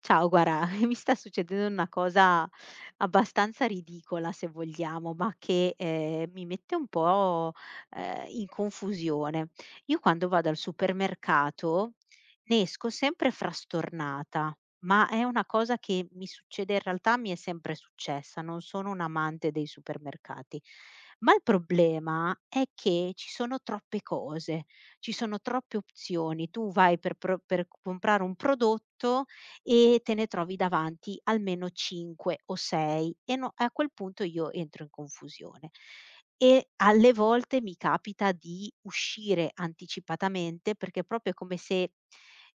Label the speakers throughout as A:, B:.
A: Ciao, guarda, mi sta succedendo una cosa abbastanza ridicola, se vogliamo, ma che, mi mette un po', in confusione. Io quando vado al supermercato ne esco sempre frastornata, ma è una cosa che mi succede, in realtà mi è sempre successa, non sono un'amante dei supermercati. Ma il problema è che ci sono troppe cose, ci sono troppe opzioni. Tu vai per pro per comprare un prodotto e te ne trovi davanti almeno 5 o 6, e no, a quel punto io entro in confusione. E alle volte mi capita di uscire anticipatamente perché proprio è come se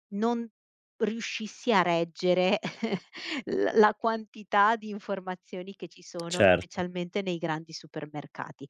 A: non riuscissi a reggere l la quantità di informazioni che ci sono,
B: Certo.
A: specialmente nei grandi supermercati.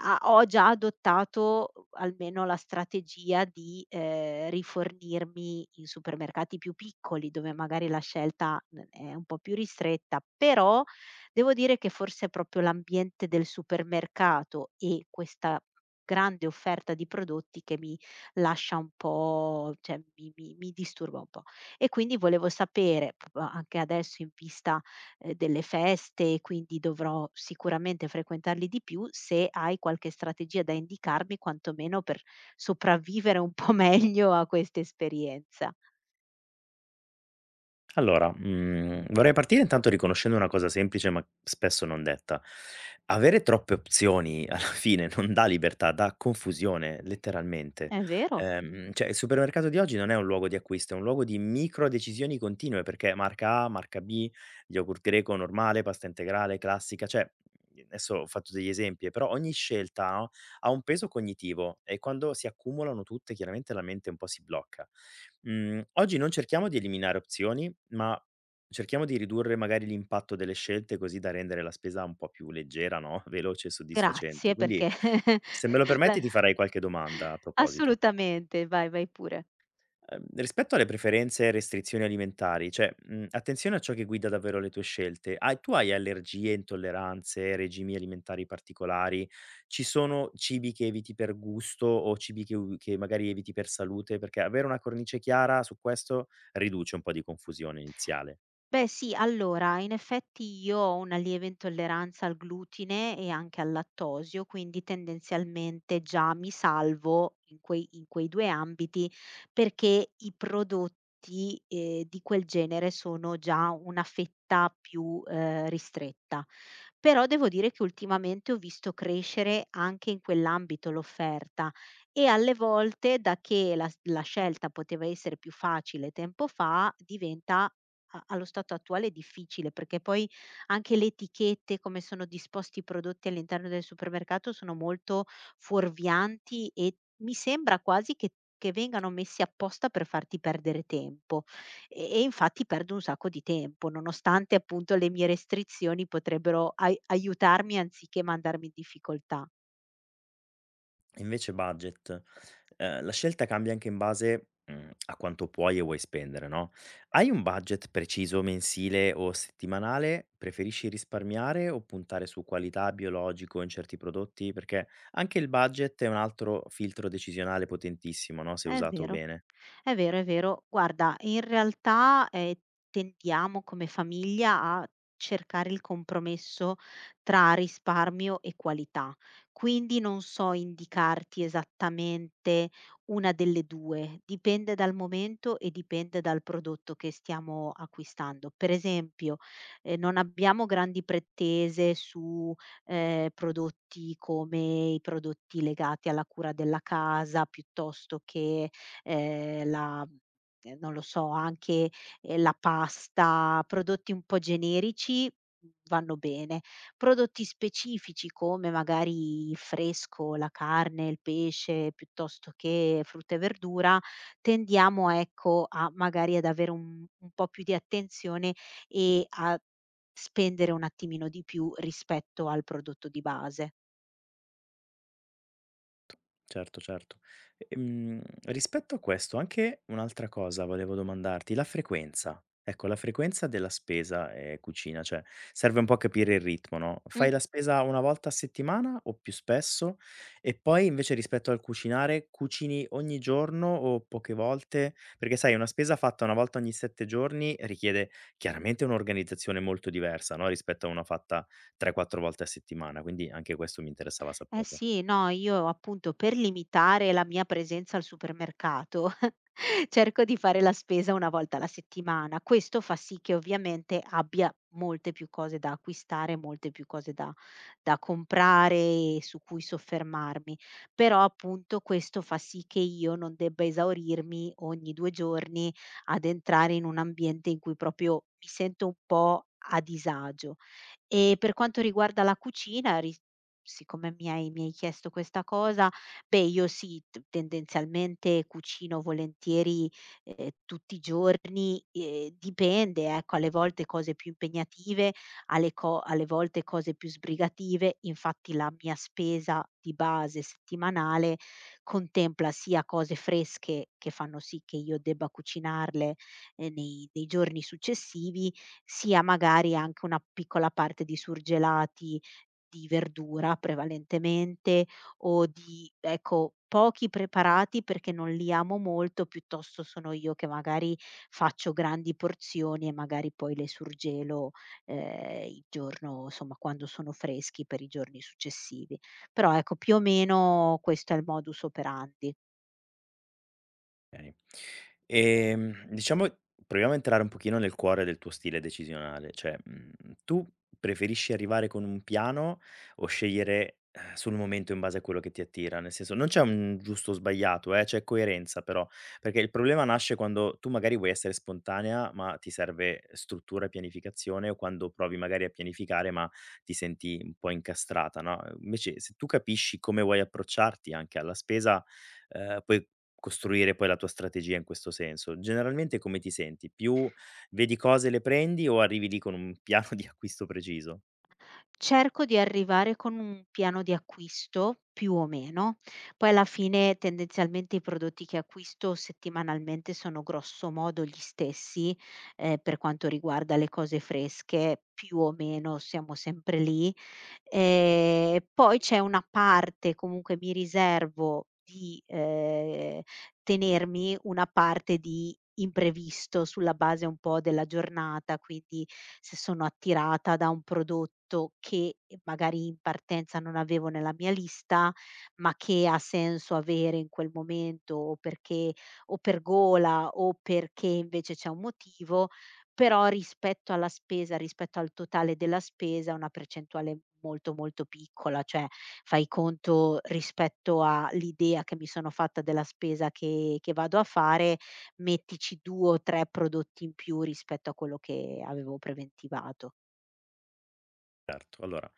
A: A ho già adottato almeno la strategia di, rifornirmi in supermercati più piccoli, dove magari la scelta n è un po' più ristretta, però devo dire che forse è proprio l'ambiente del supermercato e questa grande offerta di prodotti che mi lascia un po', cioè mi disturba un po'. E quindi volevo sapere, proprio anche adesso in vista delle feste, quindi dovrò sicuramente frequentarli di più, se hai qualche strategia da indicarmi quantomeno per sopravvivere un po' meglio a questa esperienza.
B: Allora, vorrei partire intanto riconoscendo una cosa semplice, ma spesso non detta. Avere troppe opzioni alla fine non dà libertà, dà confusione, letteralmente.
A: È vero.
B: Cioè il supermercato di oggi non è un luogo di acquisto, è un luogo di micro decisioni continue, perché marca A, marca B, yogurt greco normale, pasta integrale, classica, cioè adesso ho fatto degli esempi, però ogni scelta, no, ha un peso cognitivo e quando si accumulano tutte chiaramente la mente un po' si blocca. Oggi non cerchiamo di eliminare opzioni, ma cerchiamo di ridurre magari l'impatto delle scelte, così da rendere la spesa un po' più leggera, no, veloce e soddisfacente.
A: Grazie
B: Quindi,
A: perché
B: se me lo
A: la
B: permetti, ti farei qualche domanda a proposito.
A: assolutamente, vai, vai pure.
B: Rispetto alle preferenze e restrizioni alimentari, cioè, attenzione a ciò che guida davvero le tue scelte. Hai tu hai allergie, intolleranze, regimi alimentari particolari? Ci sono cibi che eviti per gusto o cibi che magari eviti per salute? Perché avere una cornice chiara su questo riduce un po' di confusione iniziale.
A: Beh sì, allora in effetti io ho una lieve intolleranza al glutine e anche al lattosio, quindi tendenzialmente già mi salvo in quei 2 ambiti perché i prodotti, di quel genere sono già una fetta più, ristretta. Però devo dire che ultimamente ho visto crescere anche in quell'ambito l'offerta e alle volte da che la scelta poteva essere più facile tempo fa diventa a allo stato attuale è difficile, perché poi anche le etichette, come sono disposti i prodotti all'interno del supermercato, sono molto fuorvianti, e mi sembra quasi che vengano messi apposta per farti perdere tempo. E infatti perdo un sacco di tempo, nonostante appunto le mie restrizioni potrebbero ai aiutarmi anziché mandarmi in difficoltà.
B: Invece budget, la scelta cambia anche in base, a quanto puoi e vuoi spendere, no, hai un budget preciso mensile o settimanale? Preferisci risparmiare o puntare su qualità, biologico in certi prodotti? Perché anche il budget è un altro filtro decisionale potentissimo, no, se
A: È
B: usato
A: vero.
B: bene.
A: È vero, è vero. Guarda, in realtà, tendiamo come famiglia a cercare il compromesso tra risparmio e qualità. Quindi non so indicarti esattamente una delle 2, dipende dal momento e dipende dal prodotto che stiamo acquistando. Per esempio, non abbiamo grandi pretese su, prodotti come i prodotti legati alla cura della casa, piuttosto che la non lo so, anche, la pasta, prodotti un po' generici vanno bene. Prodotti specifici come magari il fresco, la carne, il pesce, piuttosto che frutta e verdura, tendiamo ecco a magari ad avere un po' più di attenzione e a spendere un attimino di più rispetto al prodotto di base.
B: Certo, certo. Rispetto a questo, anche un'altra cosa volevo domandarti, la frequenza. Ecco, la frequenza della spesa, cucina, cioè serve un po' a capire il ritmo, no,
A: Mh.
B: fai la spesa una volta a settimana o più spesso? E poi invece rispetto al cucinare, cucini ogni giorno o poche volte? Perché sai una spesa fatta una volta ogni 7 giorni richiede chiaramente un'organizzazione molto diversa, no, rispetto a una fatta 3, 4 volte a settimana, quindi anche questo mi interessava
A: Eh
B: saperlo.
A: sì, no, io appunto per limitare la mia presenza al supermercato cerco di fare la spesa una volta alla settimana. Questo fa sì che ovviamente abbia molte più cose da acquistare, molte più cose da, da comprare e su cui soffermarmi. Però appunto questo fa sì che io non debba esaurirmi ogni due giorni ad entrare in un ambiente in cui proprio mi sento un po' a disagio. E per quanto riguarda la cucina, ri- siccome mi hai chiesto questa cosa, beh, io sì, t tendenzialmente cucino volentieri, tutti i giorni, dipende ecco, alle volte cose più impegnative, alle volte cose più sbrigative. Infatti la mia spesa di base settimanale contempla sia cose fresche, che fanno sì che io debba cucinarle, nei giorni successivi, sia magari anche una piccola parte di surgelati, di verdura prevalentemente, o di ecco, pochi preparati perché non li amo molto, piuttosto sono io che magari faccio grandi porzioni e magari poi le surgelo, il giorno insomma quando sono freschi, per i giorni successivi. Però ecco, più o meno questo è il modus operandi.
B: Okay. Diciamo proviamo a entrare un pochino nel cuore del tuo stile decisionale, cioè, tu preferisci arrivare con un piano o scegliere, sul momento in base a quello che ti attira? Nel senso non c'è un giusto o sbagliato, c'è coerenza però, perché il problema nasce quando tu magari vuoi essere spontanea, ma ti serve struttura e pianificazione o quando provi magari a pianificare, ma ti senti un po' incastrata, no, invece se tu capisci come vuoi approcciarti anche alla spesa, puoi costruire poi la tua strategia in questo senso. Generalmente come ti senti? Più vedi cose e le prendi o arrivi lì con un piano di acquisto preciso?
A: Cerco di arrivare con un piano di acquisto, più o meno, poi alla fine tendenzialmente i prodotti che acquisto settimanalmente sono grosso modo gli stessi, per quanto riguarda le cose fresche, più o meno siamo sempre lì. Poi c'è una parte, comunque mi riservo di, tenermi una parte di imprevisto sulla base un po' della giornata, quindi se sono attirata da un prodotto che magari in partenza non avevo nella mia lista, ma che ha senso avere in quel momento, o perché o per gola o perché invece c'è un motivo, però rispetto alla spesa, rispetto al totale della spesa, una percentuale molto, molto piccola, cioè fai conto, rispetto all'idea che mi sono fatta della spesa che vado a fare, mettici 2 o 3 prodotti in più rispetto a quello che avevo preventivato.
B: Certo, allora,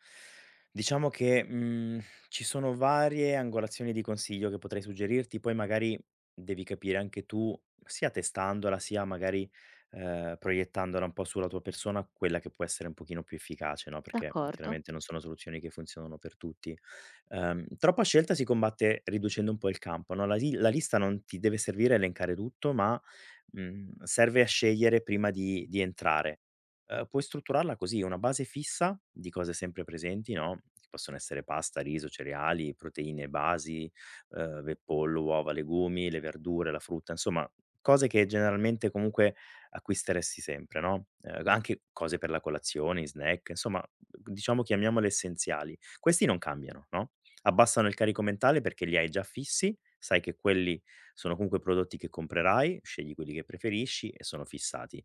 B: diciamo che, ci sono varie angolazioni di consiglio che potrei suggerirti, poi magari devi capire anche tu, sia testandola, sia magari, proiettandola un po' sulla tua persona, quella che può essere un pochino più efficace, no, perché
A: D'accordo,
B: chiaramente non sono soluzioni che funzionano per tutti. Troppa scelta si combatte riducendo un po' il campo, no, la lista non ti deve servire a elencare tutto, ma, serve a scegliere prima di entrare. Puoi strutturarla così: una base fissa di cose sempre presenti, no, che possono essere pasta, riso, cereali, proteine basi, ve pollo, uova, legumi, le verdure, la frutta, insomma cose che generalmente comunque acquisteresti sempre, no, anche cose per la colazione, snack, insomma diciamo chiamiamole essenziali. Questi non cambiano, no, abbassano il carico mentale perché li hai già fissi, sai che quelli sono comunque prodotti che comprerai, scegli quelli che preferisci e sono fissati.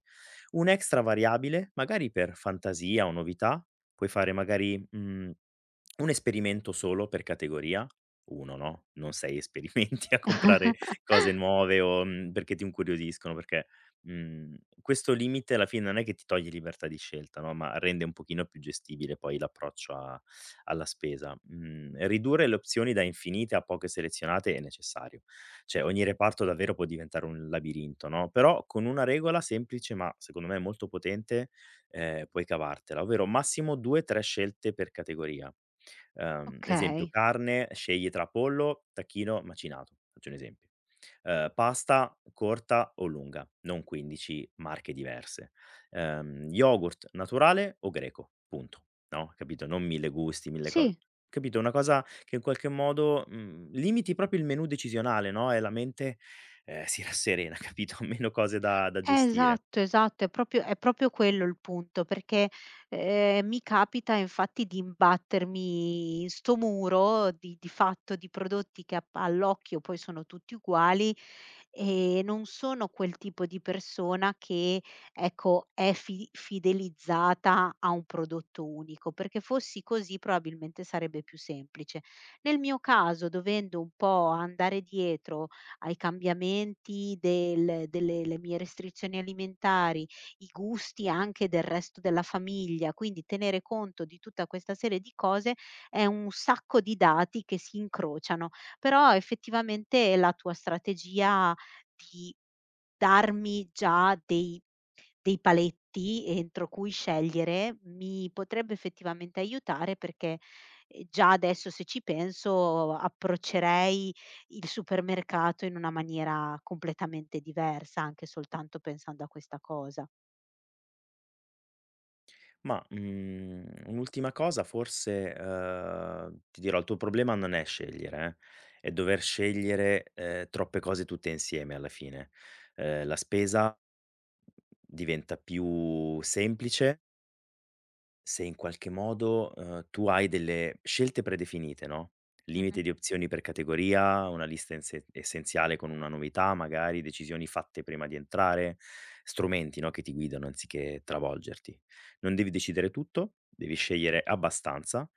B: Un'extra variabile, magari per fantasia o novità, puoi fare magari, un esperimento solo per categoria, uno no, non 6 esperimenti a comprare cose nuove o, perché ti incuriosiscono, perché, mhmm, questo limite alla fine non è che ti toglie libertà di scelta, no, ma rende un pochino più gestibile poi l'approccio a alla spesa. Mhmm, Ridurre le opzioni da infinite a poche selezionate è necessario, cioè ogni reparto davvero può diventare un labirinto, no, però con una regola semplice, ma secondo me molto potente, puoi cavartela, ovvero massimo 2, 3 scelte per categoria. Esempio
A: okay.
B: carne, scegli tra pollo, tacchino, macinato, faccio un esempio. Pasta corta o lunga, non 15 marche diverse. Yogurt naturale o greco, punto, no, capito, non 1000 gusti, 1000 co
A: Sì.
B: capito, una cosa che in qualche modo, limiti proprio il menù decisionale, no, e la mente, si rasserena, capito? Meno cose da gestire.
A: Esatto, esatto, è proprio quello il punto, perché, mi capita infatti di imbattermi in 'sto muro di fatto di prodotti che a p all'occhio poi sono tutti uguali, e non sono quel tipo di persona che, ecco, è fi fidelizzata a un prodotto unico, perché fossi così probabilmente sarebbe più semplice. Nel mio caso, dovendo un po' andare dietro ai cambiamenti delle le mie restrizioni alimentari, i gusti anche del resto della famiglia, quindi tenere conto di tutta questa serie di cose, è un sacco di dati che si incrociano. Però effettivamente la tua strategia di darmi già dei paletti entro cui scegliere mi potrebbe effettivamente aiutare perché, già adesso se ci penso approccerei il supermercato in una maniera completamente diversa, anche soltanto pensando a questa cosa.
B: Ma, un'ultima cosa forse, ti dirò, il tuo problema non è scegliere, è dover scegliere, troppe cose tutte insieme alla fine. La spesa diventa più semplice se in qualche modo, tu hai delle scelte predefinite, no,
A: Mh-mh.
B: limite di opzioni per categoria, una lista ense essenziale con una novità magari, decisioni fatte prima di entrare, strumenti, no, che ti guidano anziché travolgerti. Non devi decidere tutto, devi scegliere abbastanza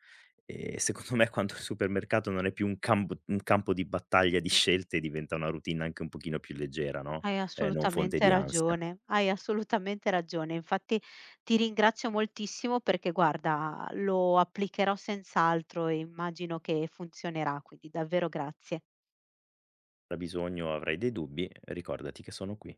B: e secondo me quando il supermercato non è più un campo di battaglia di scelte diventa una routine anche un pochino più leggera, no,
A: Hai
B: non fonte
A: assolutamente
B: di ansia.
A: ragione, hai assolutamente ragione. Infatti ti ringrazio moltissimo perché guarda, lo applicherò senz'altro e immagino che funzionerà, quindi davvero grazie.
B: Avrai bisogno, avrai dei dubbi, ricordati che sono qui.